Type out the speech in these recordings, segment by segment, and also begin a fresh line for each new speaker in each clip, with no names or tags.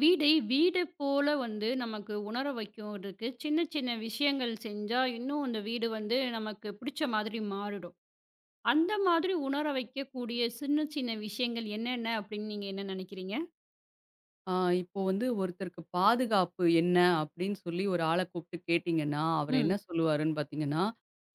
வீடை வீடு போல வந்து நமக்கு உணர வைக்கிறதுக்கு சின்ன சின்ன விஷயங்கள் செஞ்சா இன்னும் அந்த வீடு வந்து நமக்கு பிடிச்ச மாதிரி மாறிடும். அந்த மாதிரி உணர வைக்கக்கூடிய சின்ன சின்ன விஷயங்கள் என்னென்ன அப்படின்னு நீங்க என்ன நினைக்கிறீங்க?
ஆ, இப்போ வந்து ஒருத்தருக்கு பாதுகாப்பு என்ன அப்படின்னு சொல்லி ஒரு ஆள கூப்பிட்டு கேட்டீங்கன்னா, அவரு என்ன
ம்.
சொல்லுவாருன்னு பார்த்தீங்கன்னா,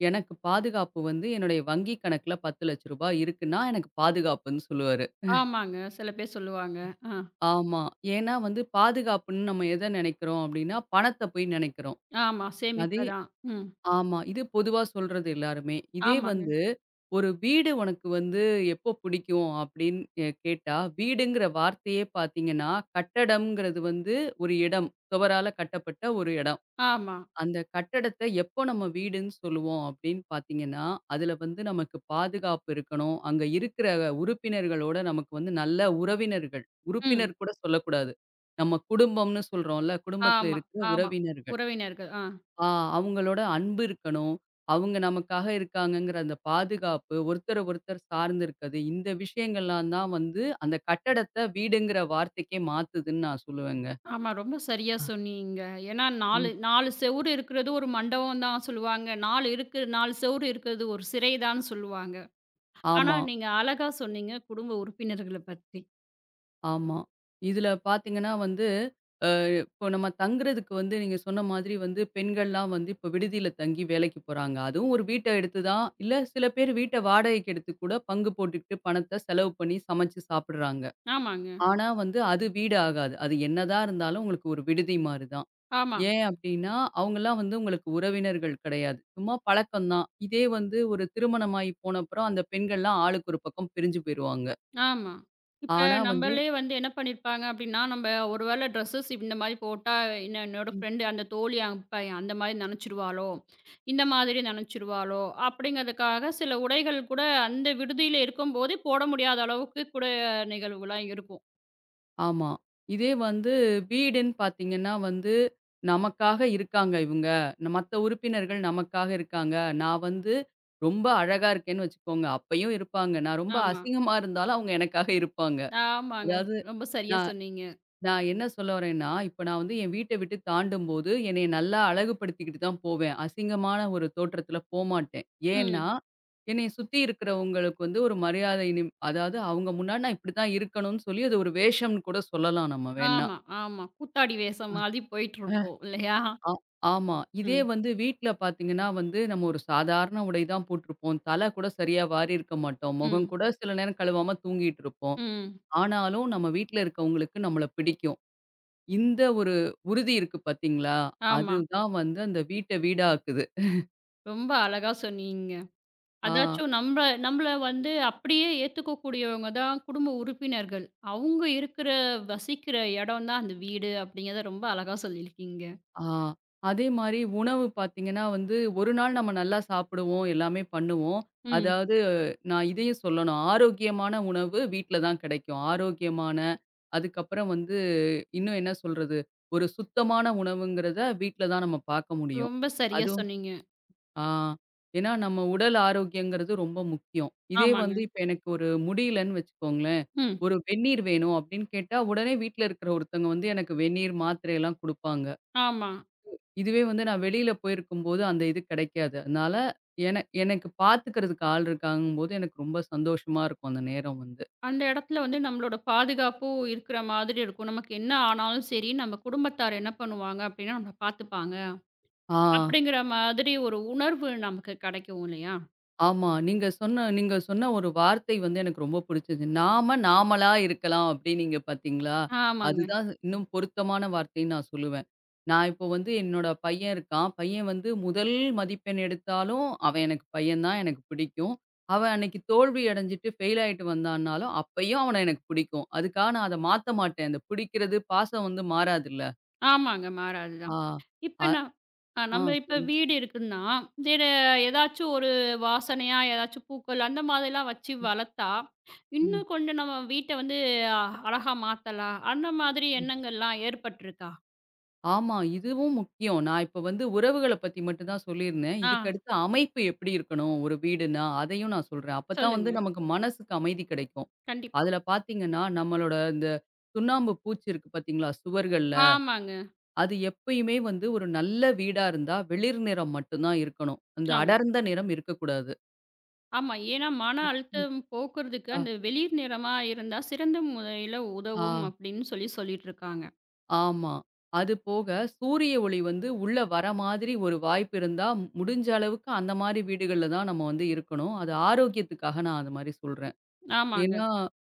"எனக்கு பாதுகாப்பு வந்து என்னுடைய வங்கி கணக்குல ரூ. 10,00,000 இருக்குன்னா, எனக்கு பாதுகாப்புன்னு" சொல்லுவாரு.
ஆமாங்க. சில பேர் சொல்லுவாங்க. ஆ.
ஆமா. ஏன்னா வந்து பாதுகாப்புன்னு நம்ம எத நெனைக்கிறோம் அப்படின்னா, பணத்த போய் நெனைக்கிறோம்.
ஆமா.
அதே
சேமிப்பு தான். ம்.
ஆமா. இது பொதுவா சொல்றது எல்லாருமே. இதே
ஆமாங்க.
வந்து ஒரு வீடு உனக்கு வந்து எப்போ பிடிக்கும் அப்படின்னு கேட்டா, வீடுங்கிற வார்த்தையே பார்த்தீங்கன்னா, கட்டடம்ங்கிறது வந்து ஒரு இடம். சுவரால கட்டப்பட்ட ஒரு இடம்.
ஆமா.
அந்த கட்டடத்த எப்போ நம்ம வீடுன்னு சொல்லுவோம் அப்படின்னு பார்த்தீங்கன்னா, அதுல வந்து நமக்கு பாதுகாப்பு இருக்கணும். அங்க இருக்கிற உறுப்பினர்களோட நமக்கு வந்து நல்ல உறவினர்கள்.
ம்.
உறுப்பினர் கூட சொல்லக்கூடாது. நம்ம குடும்பம்னு சொல்றோம்ல, குடும்பத்தில
ஆமா,
இருக்கிற
ஆமா.
உறவினர்கள்.
உறவினர்கள். ஆ.
ஆ, அவங்களோட அன்பு இருக்கணும். அவங்க நமக்காக இருக்காங்கங்கிற அந்த பாதுகாப்பு, ஒருத்தர ஒருத்தர் சார்ந்து இருக்கிறது, இந்த விஷயங்கள்லாம் தான் வந்து அந்த கட்டடத்த வீடுங்கிற வார்த்தைக்கே மாத்துதுன்னு நான் சொல்லுவேங்க.
ஆமா. ரொம்ப சரியா
ஆ.
சொன்னீங்க. ஏன்னா 4
ம்.
4 செவுரு இருக்கிறது ஒரு மண்டபம் தான் சொல்லுவாங்க. 4 இருக்கு 4 செவுரு இருக்கிறது ஒரு சிறை தான்னு சொல்லுவாங்க. ஆனா
ஆமா,
நீங்க அழகா சொன்னீங்க குடும்ப உறுப்பினர்கள பத்தி.
ஆமா. இதுல பார்த்தீங்கன்னா வந்து, அ இப்போ நம்ம தங்குறதுக்கு வந்து நீங்க சொன்ன மாதிரி வந்து பெண்கள்லாம் வந்து இப்போ விடுதியில தங்கி வேலைக்கு போறாங்க. அதுவும் ஒரு வீட்ட எடுத்து தான் இல்ல சில பேர் வீட்ட வாடகைக்கு எடுத்து கூட பங்கு போட்டுக்கிட்டு பணத்த செலவு பண்ணி சமைச்சு சாப்பிடுறாங்க.
ஆமாங்க.
ஆனா வந்து அது வீடு ஆகாது. அது என்னதான் இருந்தாலும் உங்களுக்கு ஒரு விடுதி மாரி தான்.
ஆமா,
ஏன் அப்டின்னா, அவங்கலாம் வந்து உங்களுக்கு உறவினர்கள் கிடையாது. சும்மா பழக்கம் தான். இதே வந்து ஒரு திருமணமாகி போனப்புறம் அந்த பெண்கள்லாம் ஆளுக்கு ஒரு பக்கம் பிரிஞ்சு போயிருவாங்க.
ஆமா. இப்ப
ஆனா வந்து
நம்மளே வந்து என்ன பண்ணியிருப்பாங்க அப்படின்னா, நம்ம ஒரு வேளை ட்ரெஸ்ஸஸ் இந்த மாரி போட்டா என்ன என்னோட
ம்.
ஃப்ரெண்டு அந்த தோழி அப்ப அந்த மாரி நெனச்சுருவாளோ, இந்த மாதிரி நெனச்சுருவாளோ அப்படிங்கிறதுக்காக சில உடைகள் கூட அந்த விடுதியில இருக்கும்போதே போட முடியாத அளவுக்கு கூட நிகழ்வுலாம் இருக்கும்.
ஆமா. இதே வந்து வீடுன்னு பார்த்தீங்கன்னா வந்து, நமக்காக இருக்காங்க இவங்க. மத்த உறுப்பினர்கள் நமக்காக இருக்காங்க. நான் வந்து ரொம்ப அழகா இருக்கேன்னு வச்சுக்கோங்க, அப்பயும் இருப்பாங்க. நான் ரொம்ப
ஆமா.
அசிங்கமா இருந்தாலும் அவங்க எனக்காக இருப்பாங்க.
ஆமாங்க.
அதாவது
ரொம்ப சரியா
நான்
சொன்னீங்க.
நான் என்ன சொல்ல வரேன்னா, இப்ப நான் வந்து என் வீட்ட விட்டு தாண்டும்போது, என்னைய நல்லா அழகுபடுத்திக்கிட்டு தான் போவேன். அசிங்கமான ஒரு தோற்றத்துல போமாட்டேன். ஏன்னா,
ம்.
என்னைய சுத்தி இருக்கிறவங்களுக்கு வந்து ஒரு மரியாதை அதாவது அவங்க முன்னாடி நான் இப்படித்தான் இருக்கணும்னு சொல்லி, அது ஒரு வேஷம்னு கூட சொல்லலாம் நம்ம வேண்ணா.
ஆமா, ஆமா. கூத்தாடி
அ,
வேஷம் மாதிரி
அ.
போயிட்டுருப்போம் இல்லையா?
ஆ ஆமா. இதே
ம்,
வந்து வீட்ல பார்த்தீங்கன்னா வந்து, நம்ம ஒரு சாதாரண உடை தான் போட்டிருப்போம். தலை கூட சரியா வாரி இருக்க மாட்டோம். முகம்
ம்,
கூட சில நேரம் கழுவாம தூங்கிட்டு இருப்போம்.
ம்.
ஆனாலும் நம்ம வீட்ல இருக்கவங்களுக்கு நம்மள பிடிக்கும். இந்த ஒரு உறுதி இருக்கு பார்த்தீங்களா?
ஆமா.
அதுதான் வந்து அந்த வீட்ட வீடாக்குது.
ரொம்ப அழகா சொன்னீங்க.
ஆ,
அதாச்சும் நம்பள வந்து அப்படியே ஏத்துக்கக்கூடியவங்க தான் குடும்ப உறுப்பினர்கள். அவங்க இருக்கிற வசிக்கிற இடம் தான் அந்த வீடு அப்படிங்கிறத ரொம்ப அழகா சொல்லியிருக்கீங்க.
ஆ. அதே மாரி உணவு பார்த்தீங்கன்னா வந்து, ஒரு நாள் நம்ம நல்லா சாப்பிடுவோம், எல்லாமே பண்ணுவோம்.
ம்.
அதாவது நான் இதையும் சொல்லணும். ஆரோக்கியமான உணவு வீட்ல தான் கிடைக்கும். ஆரோக்கியமான அதுக்கப்புறம் வந்து இன்னும் என்ன சொல்றது? ஒரு சுத்தமான உணவுங்கிறத வீட்ல தான் நம்ம பார்க்க முடியும்.
ரொம்ப சரியா
அதுவும்
சொன்னீங்க.
ஆ. ஏன்னா நம்ம உடல் ஆரோக்கியங்கிறது ரொம்ப முக்கியம். இதே
ஆமாங்க.
வந்து இப்ப எனக்கு ஒரு முடியலன்னு வச்சுக்கோங்களேன்,
ம்.
ஒரு வெந்நீர் வேணும் அப்படின்னு கேட்டா, உடனே வீட்ல இருக்கிற ஒருத்தவங்க வந்து எனக்கு வெந்நீர், மாத்திரையெல்லாம் குடுப்பாங்க.
ஆமா.
இதுவே வந்து நான் வெளியில போயிருக்கும்போது அந்த இது கிடைக்காது. அதனால எனக்கு பார்த்துக்கிறதுக்கு ஆள் இருக்காங்கும்போது எனக்கு ரொம்ப சந்தோஷமா இருக்கும் அந்த நேரம் வந்து.
அந்த இடத்துல வந்து நம்மளோட பாதுகாப்பும் இருக்கிற மாதிரி இருக்கும். நமக்கு என்ன ஆனாலும் சரி, நம்ம குடும்பத்தார் என்ன பண்ணுவாங்க அப்படின்னா, நம்மள பார்த்துப்பாங்க.
ஆ.
அப்படிங்கிற மாதிரி ஒரு உணர்வு நமக்கு கிடைக்கும் இல்லையா?
ஆமா. நீங்க சொன்ன ஒரு வார்த்தை வந்து எனக்கு ரொம்ப புடிச்சது. "நாம நாமளா இருக்கலாம்" அப்டின்னீங்க பாத்தீங்களா?
ஆமாங்க.
அதுதான் இன்னும் பொருத்தமான வார்த்தைன்னு நான் சொல்லுவேன். நான் இப்போ வந்து என்னோட பையன் இருக்கான். பையன் வந்து முதல் மதிப்பெண் எடுத்தாலும், அவன் எனக்கு பையன் தான் எனக்கு பிடிக்கும். அவன் அன்னைக்கு தோல்வி அடைஞ்சுட்டு ஃபெயில் ஆயிட்டு வந்தான்னாலும், அப்பயும் அவன எனக்கு பிடிக்கும். அதுக்காக நான் அத மாத்த மாட்டேன். அந்த பிடிக்கிறது பாசம் வந்து மாறாதுல்ல.
ஆமாங்க.
ஆ.
மாறாதுதான்.
அ
இப்ப நான் அ
ஆ.
நம்ம இப்ப
சொல்லுங்க.
வீடு இருக்குன்னா, வேற ஏதாச்சும் ஒரு வாசனையா ஏதாச்சும் பூக்கள் அந்த மாதிரிலாம் வச்சு வளர்த்தா,
ம்.
இன்னும் கொஞ்சம் நம்ம வீட்ட வந்து அ அழகா மாத்தலாம். அந்த மாதிரி எண்ணங்கள்லாம் ஏற்பட்டுருக்கா?
ஆமா. இதுவும் முக்கியம். நான் இப்ப வந்து உறவுகள பத்தி மட்டும் தான் சொல்லியிருந்தேன்.
ஆ
இதுக்கு அடுத்து அமைப்பு எப்படி இருக்கணும்? ஒரு வீடுன்னா, அதையும் நான் சொல்றேன். அப்பதான் வந்து
சொல்லுங்க.
நமக்கு மனசுக்கு அமைதி கிடைக்கும்.
கண்டிப்பா.
அதுல பார்த்தீங்கன்னா, நம்மளோட இந்த சுண்ணாம்பு பூச்சு இருக்கு பார்த்தீங்களா? சுவர்கள்ல.
ஆமாங்க.
அது எப்பயுமே வந்து ஒரு நல்ல வீடா இருந்தா, வெளிர் நிறம் மட்டும் தான் இருக்கணும். அந்த அடர்ந்த நிறம் இருக்கக்கூடாது.
ஆமா. ஏன்னா, மன
ம்.
அழுத்தம் போக்குறதுக்கு
அ,
அந்த வெளிர் நிறமா இருந்தா சிறந்த முறையில
ஆ.
உதவும் அப்படின்னு சொல்லி சொல்லிட்டுருக்காங்க.
ஆமா. அது போக சூரிய ஒளி வந்து உள்ள வர மாதிரி ஒரு வாய்ப்பு இருந்தா, முடிஞ்ச அளவுக்கு அந்த மாரி வீடுகள்ல தான் நம்ம வந்து இருக்கணும். அது ஆரோக்கியத்துக்காக நான் அது மாரி சொல்றேன்.
ஆமாங்க.
ஏன்னா,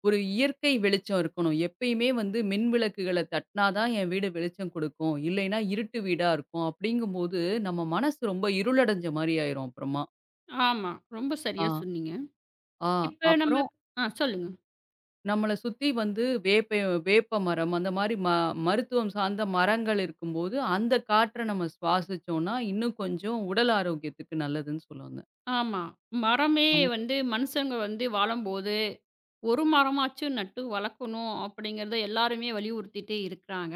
ஒரு இயற்கை வெளிச்சம் இருக்கணும். எப்பயுமே வந்து மின் விளக்குகள தட்டினா தான் என் வீடு வெளிச்சம் குடுக்கும். இல்லைன்னா இருட்டு வீடா இருக்கும். அப்படிங்கும்போது நம்ம மனசு ரொம்ப இருளடைஞ்ச மாரி ஆயிரும் அப்புறமா.
ஆமா. ரொம்ப
ஆ,
சரியா சொன்னீங்க.
ஆ.
இப்ப நம்ம
அப்புறம்
ஆ சொல்லுங்க.
நம்மள சுத்தி வந்து வேப்ப வேப்ப மரம் அந்த மாரி மருத்துவம் சார்ந்த மரங்கள் இருக்கும்போது, அந்த காற்ற நம்ம சுவாசிச்சோம்னா, இன்னும் கொஞ்சம் உடல் ஆரோக்கியத்துக்கு நல்லதுன்னு சொல்ல வந்தேன்.
ஆமா. மரமே
ஆமா.
வந்து மனுஷங்க வந்து வாழும்போது, ஒரு மரமாச்சும் நட்டு வளர்க்கணும் அப்படிங்கிறத எல்லாருமே வலியுறுத்திட்டே இருக்கிறாங்க.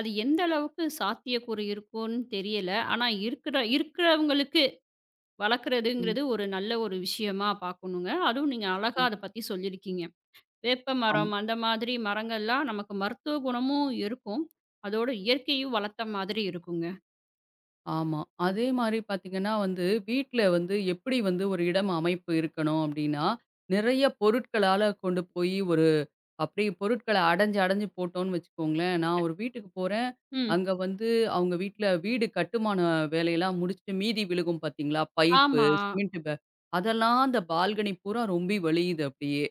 அது எந்த அளவுக்கு சாத்தியக்கூறு இருக்கும்னு தெரியல. ஆனா இருக்கிறவங்களுக்கு
ம்,
வளர்க்குறதுங்கிறது ஒரு நல்ல ஒரு விஷயமா பார்க்கணுங்க. அதுவும் நீங்க அழகா
ம்.
அத பத்தி சொல்லியிருக்கீங்க.
அம்
வேப்பமரம் அந்த மாதிரி மரங்கள்லாம் நமக்கு மருத்துவ குணமும் இருக்கும். அதோட இயற்கையும் வளர்த்த மாதிரி இருக்குங்க.
ஆமா. அதே மாரி பாத்தீங்கன்னா வந்து, வீட்ல வந்து எப்படி வந்து ஒரு இடம் அமைப்பு இருக்கணும் அப்படின்னா, நிறைய பொருட்களால கொண்டு போயி ஒரு அப்படியே பொருட்கள அடைஞ்சு, அடைஞ்சு போட்டோம்ன்னு வச்சுக்கோங்களேன், நான் ஒரு வீட்டுக்கு போறேன்.
ம்.
அங்க வந்து அவங்க வீட்ல வீடு கட்டுமான வேலையெல்லாம் முடிச்சுட்டு மீதி விழுகும் பார்த்தீங்களா? பைப்பு,
ஆமா.
சிமெண்ட் பே அதெல்லாம் அந்த பால்கனி பூரா ரொம்பி வழியுது அப்படியே.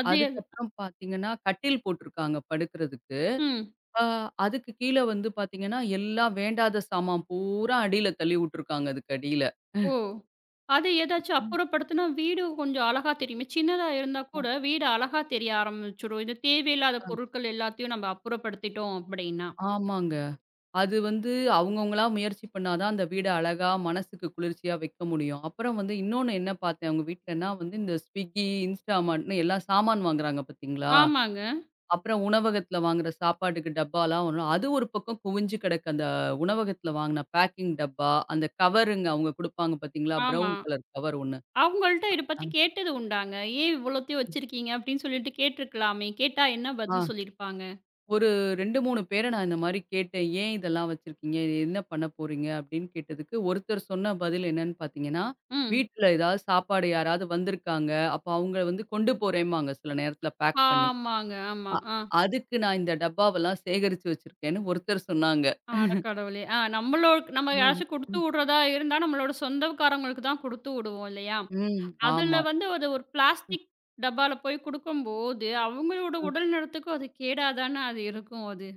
அது எது
அதுக்கப்புறம் பார்த்தீங்கன்னா, கட்டில் போட்டிருக்காங்க படுக்கிறதுக்கு.
ம்.
ஆ, அதுக்கு கீழ வந்து பார்த்தீங்கன்னா, எல்லாம் வேண்டாத சாமான் பூரா அடியில தள்ளி விட்டுருக்காங்க அதுக்கு அடியில.
ஓ! அது ஏதாச்சும் அப்புறப்படுத்துனா வீடு கொஞ்சம் அழகா தெரியுமே. சின்னதா இருந்தா கூட வீடு அழகா தெரிய ஆரம்பிச்சுடும். இது தேவையில்லாத பொருட்கள் எல்லாத்தையும் நம்ம அப்புறப்படுத்திட்டோம் அப்படின்னா.
ஆமாங்க. அது வந்து அவங்கவங்களா முயற்சி பண்ணா தான் அந்த வீட அழகா, மனசுக்கு குளிர்ச்சியா வைக்க முடியும். அப்புறம் வந்து இன்னொன்னு என்ன பார்த்தேன் அவங்க வீட்லன்னா வந்து இந்த Swiggy, Instamartன்னு எல்லா சாமான் வாங்குறாங்க பார்த்தீங்களா?
ஆமாங்க.
அப்புறம் உணவகத்தில வாங்குற சாப்பாட்டுக்கு டப்பாலாம் வரும். அது ஒரு பக்கம் குவிஞ்சு கிடக்கு. அந்த உணவகத்தில வாங்குன பேக்கிங் டப்பா, அந்த கவருங்க அவங்க குடுப்பாங்க பார்த்தீங்களா?
ஆமா.
ப்ரவுன் கலர் கவர் ஒண்ணு.
அவங்கள்ட்ட இத
ஆ.
பத்தி கேட்டது உண்டாங்க. "ஏன் இவ்வளத்தையும் வச்சிருக்கீங்க?" அப்படின்னு சொல்லிட்டு கேட்டுருக்கலாமே! கேட்டா என்ன
ஆ.
பதில் சொல்லியிருப்பாங்க?
ஒரு 2, 3 பேர நான் இந்த மாரி கேட்டேன். "ஏன் இதெல்லாம் வச்சிருக்கீங்க? இது என்ன பண்ண போறீங்க?" அப்படின்னு கேட்டதுக்கு, ஒருத்தர் சொன்ன பதில் என்னன்னு பார்த்தீங்கன்னா,
ம்.
"வீட்ல ஏதாவது சாப்பாடு யாராவது வந்திருக்காங்க. அப்ப அவங்க வந்து கொண்டு போறேம்பாங்க சில நேரத்துல பேக் பண்ணி.
ஆமாங்க. ஆமா.
அ
ஆ.
அதுக்கு நான் இந்த டப்பாவெல்லாம் சேகரிச்சு வச்சிருக்கேன்னு" ஒருத்தர் சொன்னாங்க.
அட கடவுளே! ஆ நம்மளோ நம்ம
அ,
யாராச்சும் குடுத்து
ம்,
விடுறதா இருந்தா, நம்மளோட சொந்தக்காரங்களுக்கு தான் குடுத்து விடுவோம் இல்லையா?
ம்.
அதுல
ஆமா.
வந்து அது ஒரு பிளாஸ்டிக் டப்பால போய் குடுக்கும்போது, அவங்களோட உடல் நலத்துக்கு அது கேடா தான அது இருக்கும் அது.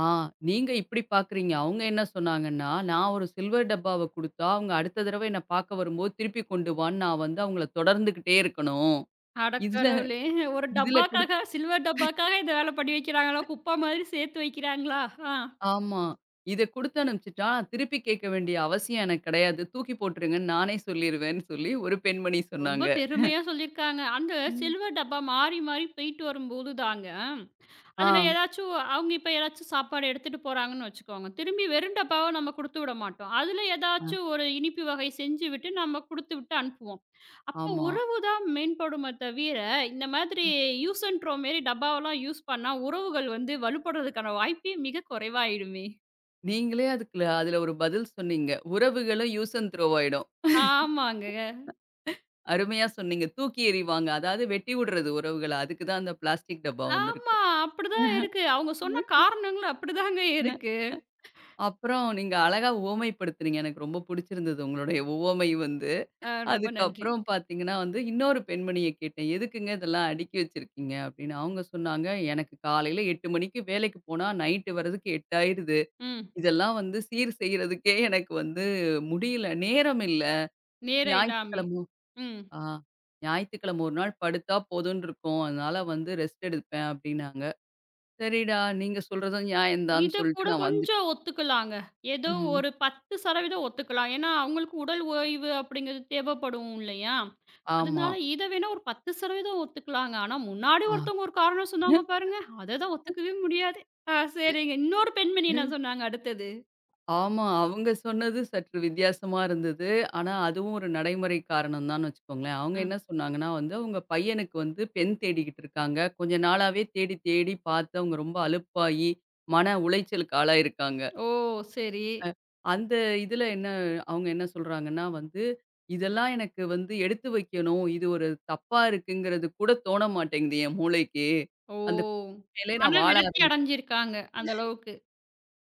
ஆ, நீங்க இப்படி பார்க்குறீங்க. அவங்க என்ன சொன்னாங்கன்னா, "நான் ஒரு சில்வர் டப்பாவ குடுத்தா, அவங்க அடுத்த தடவ என்ன பார்க்க வரும்போது திருப்பி கொண்டு வான்னு நான் வந்து அவங்கள தொடர்ந்துகிட்டே இருக்கணும்.
அட
இதுல
கடவுளே! ஒரு
இதுல குடுத்
டப்பாக்காக சில்வர் டப்பாக்காக இந்த வேல பண்ணி வைக்கிறாங்களா? குப்பை மாதிரி சேர்த்து வைக்கிறாங்களா? ஆ
ஆமா. இத குடுத்து அனுப்பிச்சுட்டா, திருப்பி கேட்க வேண்டிய அவசியம் எனக்கு கிடையாது. தூக்கி போட்டுருங்கன்னு நானே சொல்லிருவேன்னு சொல்லி ஒரு பெண்மணி
ரொம்ப
சொன்னாங்க.
பெருமையா சொல்லியிருக்காங்க. அந்த
ம்.
சில்வர் டப்பா மாறி மாறி போயிட்டு வரும்போது தாங்க அதில
ஆ,
ஏதாச்சும் அவங்க இப்ப ஏதாச்சும் சாப்பாடு எடுத்துட்டு போறாங்கன்னு வச்சுக்கோங்க. திரும்பி வெறும் டப்பாவ நம்ம குடுத்து விட மாட்டோம். அதில
அ
ஏதாச்சும் ஒரு இனிப்பு வகை செஞ்சு விட்டு நம்ம குடுத்து விட்டு அனுப்புவோம். அப்போ
ஆமா.
உறவு தான் மேம்படுமே தவிர, இந்த மாதிரி யூஸ் அண்ட் த்ரோ மாரி டப்பாவெல்லாம் யூஸ் பண்ணா உறவுகள் வந்து வலுப்படுறதுக்கான வாய்ப்பே மிக குறைவாயிடுமே.
நீங்களே அதுல ஒரு பதில் சொன்னீங்க. உறவுகளும் யூஸ் அண்ட் த்ரோ ஆயிடும்.
ஆமாங்க.
அருமையா சொன்னீங்க. தூக்கி எறிவாங்க. அதாவது வெட்டி விடுறது உறவுகள. அதுக்கு தான் அந்த பிளாஸ்டிக் டப்பா வந்திருக்கு.
ஆமா. அப்படிதான் இருக்கு. அவங்க சொன்ன காரணங்களும் அப்படிதாங்க
அஹ்
இருக்கு.
அப்புறம் நீங்க அழகா உவமைப்படுத்துனீங்க. எனக்கு ரொம்ப புடிச்சிருந்தது உங்களுடைய உவமை வந்து.
ஆ ரொம்ப நன்றி.
அதுக்கப்புறம் பார்த்தீங்கன்னா வந்து, இன்னொரு பெண்மணிய கேட்டேன். "எதுக்குங்க இதெல்லாம் அடுக்கி வச்சிருக்கீங்க?" அப்படின்னு. அவங்க சொன்னாங்க, "எனக்கு காலையில 8 மணிக்கு வேலைக்கு போனா, நைட்டு வர்றதுக்கு 8 ஆயிருது.
ம்.
இதெல்லாம் வந்து சீர் செய்றதுக்கே எனக்கு வந்து முடியல. நேரம் இல்ல.
நேரம் இல்லாமே.
ஞாயித்துக்கிழமை
ம்.
ஆ ஞாயித்துக்கிழமை ஒரு நாள் படுத்தா போதும்ன்னு இருக்கும். அதனால வந்து ரெஸ்ட் எடுப்பேன்" அப்படின்னாங்க. சரிடா, நீங்க சொல்றதும் நியாயம் தான்னு
இத கூட
சொல்லிட்டு நான் வந்துட்டேன்.
கொஞ்சம் ஒத்துக்கலாங்க. ஏதோ
ம்.
ஒரு 10% ஒத்துக்கலாம். ஏன்னா, அவங்களுக்கு உடல் ஓய்வு அப்படிங்கிறது தேவைப்படும் இல்லையா?
ஆமா.
அதனால இத வேணா ஒரு 10% ஒத்துக்கலாங்க. ஆனா முன்னாடி ஒருத்தவங்க ஒரு காரணம் சொன்னாங்க பாருங்க, அததான் ஒத்துக்கவே முடியாது. ஆ சரிங்க. இன்னொரு பெண்மணி
ஆ.
என்ன சொன்னாங்க அடுத்தது?
ஆமா. அவங்க சொன்னது சற்று வித்தியாசமா இருந்தது. ஆனா, அதுவும் ஒரு நடைமுறை காரணம் தான்னு வச்சுக்கோங்களேன். அவங்க
அ.
என்ன சொன்னாங்கன்னா வந்து, அவங்க பையனுக்கு வந்து பெண் தேடிக்கிட்டு இருக்காங்க. கொஞ்ச நாளாவே தேடி தேடி பார்த்து அவங்க ரொம்ப அலுப்பாகி, மன உளைச்சலுக்கு ஆளாயிருக்காங்க.
ஓ! சரி.
அந்த இதுல என்ன அவங்க என்ன சொல்றாங்கன்னா வந்து, இதெல்லாம் எனக்கு வந்து எடுத்து வைக்கணும். இது ஒரு தப்பா இருக்குங்கிறது கூட தோண மாட்டேங்குது என் மூளைக்கு.
ஓ!
அந்த மேலே
மன
நான் வாழ
விரக்தி
ஆரம்
அடைஞ்சிருக்காங்க அந்த அளவுக்கு.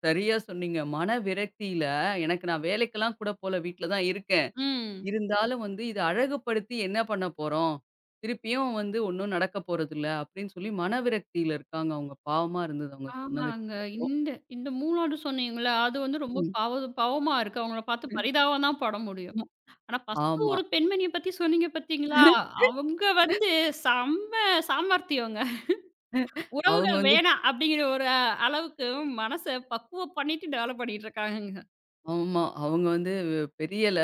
சரியா சொன்னீங்க. மன விரக்தியில எனக்கு நான் வேலைக்கெல்லாம் கூட போல. வீட்ல தான் இருக்கேன்.
ம்.
இருந்தாலும் வந்து இத அழகுபடுத்தி என்ன பண்ண போறோம்? திருப்பியும் வந்து ஒண்ணும் நடக்க போறதில்ல. அப்படின்னு சொல்லி மனவிரக்தியில இருக்காங்க அவங்க. பாவமா இருந்தது அவங்க சொன்னத
ஆமாங்க.
கேட்டப்போ.
இந்த இந்த 3வது சொன்னீங்கல்ல, அது வந்து ரொம்ப
ம்.
பாவ பாவமா இருக்கு. அவங்கள பார்த்து பரிதாபம் தான் பட முடியும். ஆனா, ஃபர்ஸ்ட்டு
ஆமா.
ஒரு பெண்மணிய பத்தி சொன்னீங்க பார்த்தீங்களா? அவங்க வந்து செம்ம சாமர்த்தியங்க.
அவங்க
"உறவுகள்
வந்து
வேணாம்" அப்படிங்கிற ஒரு அளவுக்கு மனச பக்குவம் பண்ணிட்டு டெவலப் பண்ணிட்டு இருக்காங்கங்க.
ஆமா. அவங்க வந்து பெரிய ல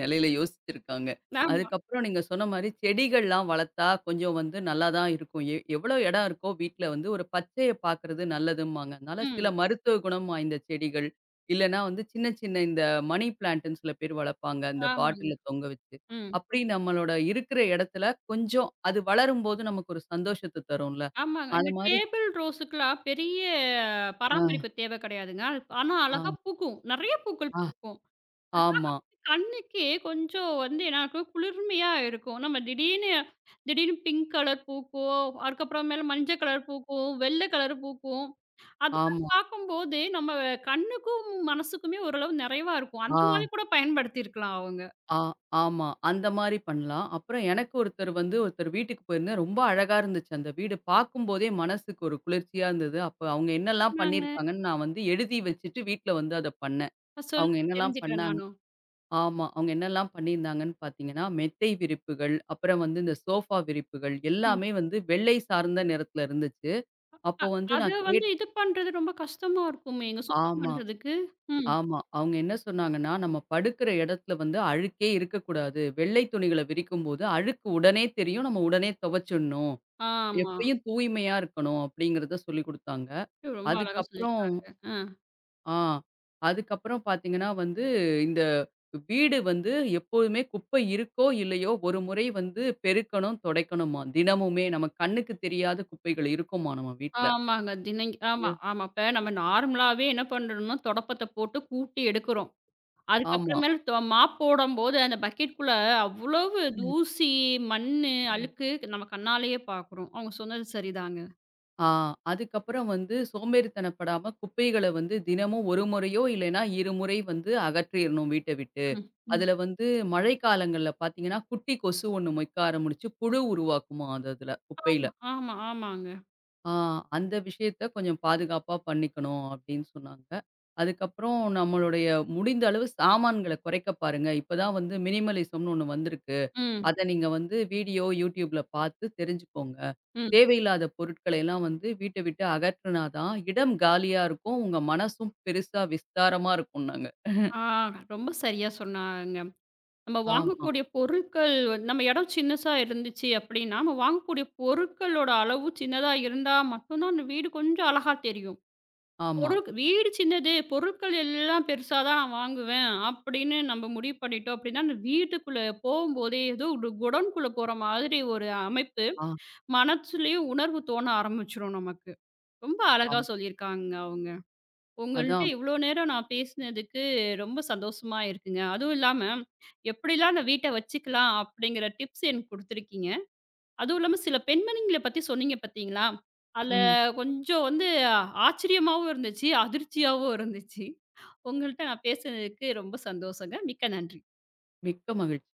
நிலையில யோசிச்சிருக்காங்க.
ஆமா.
அதுக்கப்புறம் நீங்க சொன்ன மாரி செடிகள்லாம் வளர்த்தா கொஞ்சம் வந்து நல்லா தான் இருக்கும். எவ்வளோ இடம் இருக்கோ வீட்ல வந்து ஒரு பச்சைய பார்க்கறது நல்லதும்பாங்க. அதனால சில
ம்.
மருத்துவ குணம் வாய்ந்த செடிகள், இல்லன்னா வந்து சின்ன சின்ன இந்த மணி பிளான்ட்ன்னு சில பேர் வளர்ப்பாங்க. அந்த
ஆமாங்க.
பாட்டில்ல தொங்க வச்சு.
ம்.
அப்படி நம்மளோட இருக்கிற இடத்துல கொஞ்சம் அது வளரும்போது நமக்கு ஒரு சந்தோஷத்த தரும்ல.
ஆமாங்க.
அது
இந்த
மாரி
டேபிள் ரோஸுக்குலாம் பெரிய
ஆ,
பராமரிப்பு தேவை கிடையாதுங்க. அது ஆனா
ஆ,
அழகா பூக்கும். நெறைய பூக்கள்
ஆ.
பூக்கும்.
ஆமா,
கண்ணுக்கே கொஞ்சம் வந்து என்ன ஆகும், குளிர்மையா இருக்கும். நம்ம திடீர்னு திடீர்னு பிங்க் கலர் பூக்கும், அதுக்கப்புறமேல மஞ்சள் கலர் பூக்கும், வெள்ளை கலர் பூக்கும். அதெல்லாம்
ஆமா,
பார்க்கும்போது, நம்ம கண்ணுக்கும், மனசுக்குமே ஓரளவு நிறைவா இருக்கும். அந்த
ஆ.
மாரி கூட பயன்படுத்தியிருக்கலாம் அவங்க.
ஆ, ஆமா. அந்த மாரி பண்ணலாம். அப்புறம் எனக்கு ஒருத்தர் வீட்டுக்கு போயிருந்தேன். ரொம்ப அழகா இருந்துச்சு அந்த வீடு. பார்க்கும்போதே மனசுக்கு ஒரு குளிர்ச்சியா இருந்தது. அப்ப அவங்க என்னலாம்
நாங்க
பண்ணியிருக்காங்கன்னு நான் வந்து எழுதி வச்சுட்டு வீட்ல வந்து அத பண்ணேன். அவங்க
சொல்லுங்க
என்னலாம்
தெரிஞ்சுக்கிறேன்
பண்ணாங்க
நானும்.
ஆமா. அவங்க என்னலாம் பண்ணியிருந்தாங்கன்னு பார்த்தீங்கன்னா, மெத்தை விரிப்புகள், அப்புறம் வந்து இந்த சோஃபா விரிப்புகள்
ம்.
எல்லாமே வந்து வெள்ளை சார்ந்த நிறத்துல இருந்துச்சு. அப்போ வந்து
அத
நான்
வந்து
கேட்
இது பண்றது ரொம்ப கஷ்டமா இருக்குமேங்க, சுத்தம்
ஆமா.
பண்றதுக்கு? ம்.
ஆமா. அவங்க என்ன சொன்னாங்கன்னா, நம்ம படுக்கிற இடத்துல வந்து அழுக்கே இருக்கக்கூடாது. வெள்ளை துணிகள விரிக்கும்போது, அழுக்கு உடனே தெரியும். நம்ம உடனே துவைச்சிடணும்.
ஆமா.
எப்பயும் தூய்மையா இருக்கணும் அப்படிங்கிறத சொல்லிக் குடுத்தாங்க.
ஐயோ, ரொம்ப அழகா
அதுக்கப்புறம்
சொல்லியிருக்காங்க. அ.
ஆ அதுக்கப்புறம் பார்த்தீங்கன்னா வந்து, இந்த வீடு வந்து எப்போதுமே குப்பை இருக்கோ இல்லையோ, ஒரு முறை வந்து பெருக்கணும், துடைக்கணுமாம். தினமுமே நம்ம கண்ணுக்கு தெரியாத குப்பைகள் இருக்குமாம் நம்ம வீட்ல.
ஆமாங்க. ஆமா,
அது
ஆமா. இப்ப நம்ம நார்மலாவே என்ன பண்றோம்னா, தொடப்பத்த போட்டு கூட்டி எடுக்கிறோம்.
ஆமா.
அதுக்கப்புறமேல மாப் போடம்போது, அந்த பக்கெட்குள்ள அவ்வளவு தூசி, மண்ணு,
ம்.
அழுக்கு நம்ம கண்ணாலேயே பார்க்குறோம். அவங்க சொன்னது சரிதாங்க.
ஆ, அதுக்கப்புறம் வந்து சோம்பேறித்தனப்படாம குப்பைகள வந்து தினமும் ஒரு முறையோ இல்லைன்னா, இருமுறை வந்து அகற்றிறணும் வீட்ட விட்டு.
ம், ம். ம்.
அதுல வந்து மழைக்காலங்கள்ல பார்த்தீங்கன்னா, குட்டி கொசு ஒண்ணு மொய்க்க ஆரம்பிச்சு புழு உருவாக்குமாம் அது அதுல குப்பையில.
ஆமா, ஆமா, ஆமாங்க.
ஆ, அந்த விஷயத்த கொஞ்சம் பாதுகாப்பா பண்ணிக்கணும் அப்படின்னு சொன்னாங்க. அதுக்கப்புறம் நம்மளுடைய முடிந்த அளவு சாமான்கள குறைக்க பாருங்க. இப்பதான் வந்து மினிமலிசம்னு ஒண்ணு வந்திருக்கு.
ம்,
அத நீங்க வந்து வீடியோ YouTubeல பார்த்து தெரிஞ்சுக்கோங்க.
ம்.
தேவையில்லாத பொருட்களை எல்லாம் வந்து வீட்ட விட்டு அகற்றுனா தான் இடம் காலியா இருக்கும். உங்க மனசும் பெருசா விஸ்தாரமா இருக்கும்னாங்க.
ஆ ரொம்ப சரியா சொன்னாங்க. நம்ம
ஆமா,
வாங்கக்கூடிய பொருட்கள் வந்து நம்ம இடம் சின்னசா இருந்துச்சு அப்படின்னா, நம்ம வாங்கக்கூடிய பொருட்களோட அளவு சின்னதா இருந்தா மட்டும் தான் அந்த வீடு கொஞ்சம் அழகா தெரியும்.
ஆமா.
பொருள் வீடு சின்னது, பொருட்கள் எல்லாம் பெருசா தான் நான் வாங்குவேன் அப்படின்னு நம்ம முடிவு பண்ணிட்டோம் அப்படின்னா, அந்த வீட்டுக்குள்ள போகும்போதே ஏதோ ஒரு குடோன்குள்ள போற மாதிரி ஒரு அமைப்பு,
ஆ,
மனசுலயும் உணர்வு தோண ஆரம்பிச்சுரும் நமக்கு. ரொம்ப அழகா
ஆம்.
சொல்லியிருக்காங்க அவங்க. உங்கள்ட்ட
அதான்.
இவ்வளோ நேரம் நான் பேசினதுக்கு ரொம்ப சந்தோஷமா இருக்குங்க. அதுவும் இல்லாம, எப்படிலாம் அந்த வீட்ட வச்சுக்கலாம் அப்படிங்கிற டிப்ஸ் எனக்கு குடுத்துருக்கீங்க. அதுவும் இல்லாம சில பெண்மணிங்கள பத்தி சொன்னீங்க பார்த்தீங்களா? அதுல
ம்.
கொஞ்சம் வந்து ஆச்சரியமாவும் இருந்துச்சு, அதிர்ச்சியாவும் இருந்துச்சு. உங்கள்ட்ட நான் பேசினதுக்கு ரொம்ப சந்தோஷங்க. மிக்க நன்றி.
மிக்க மகிழ்ச்சி.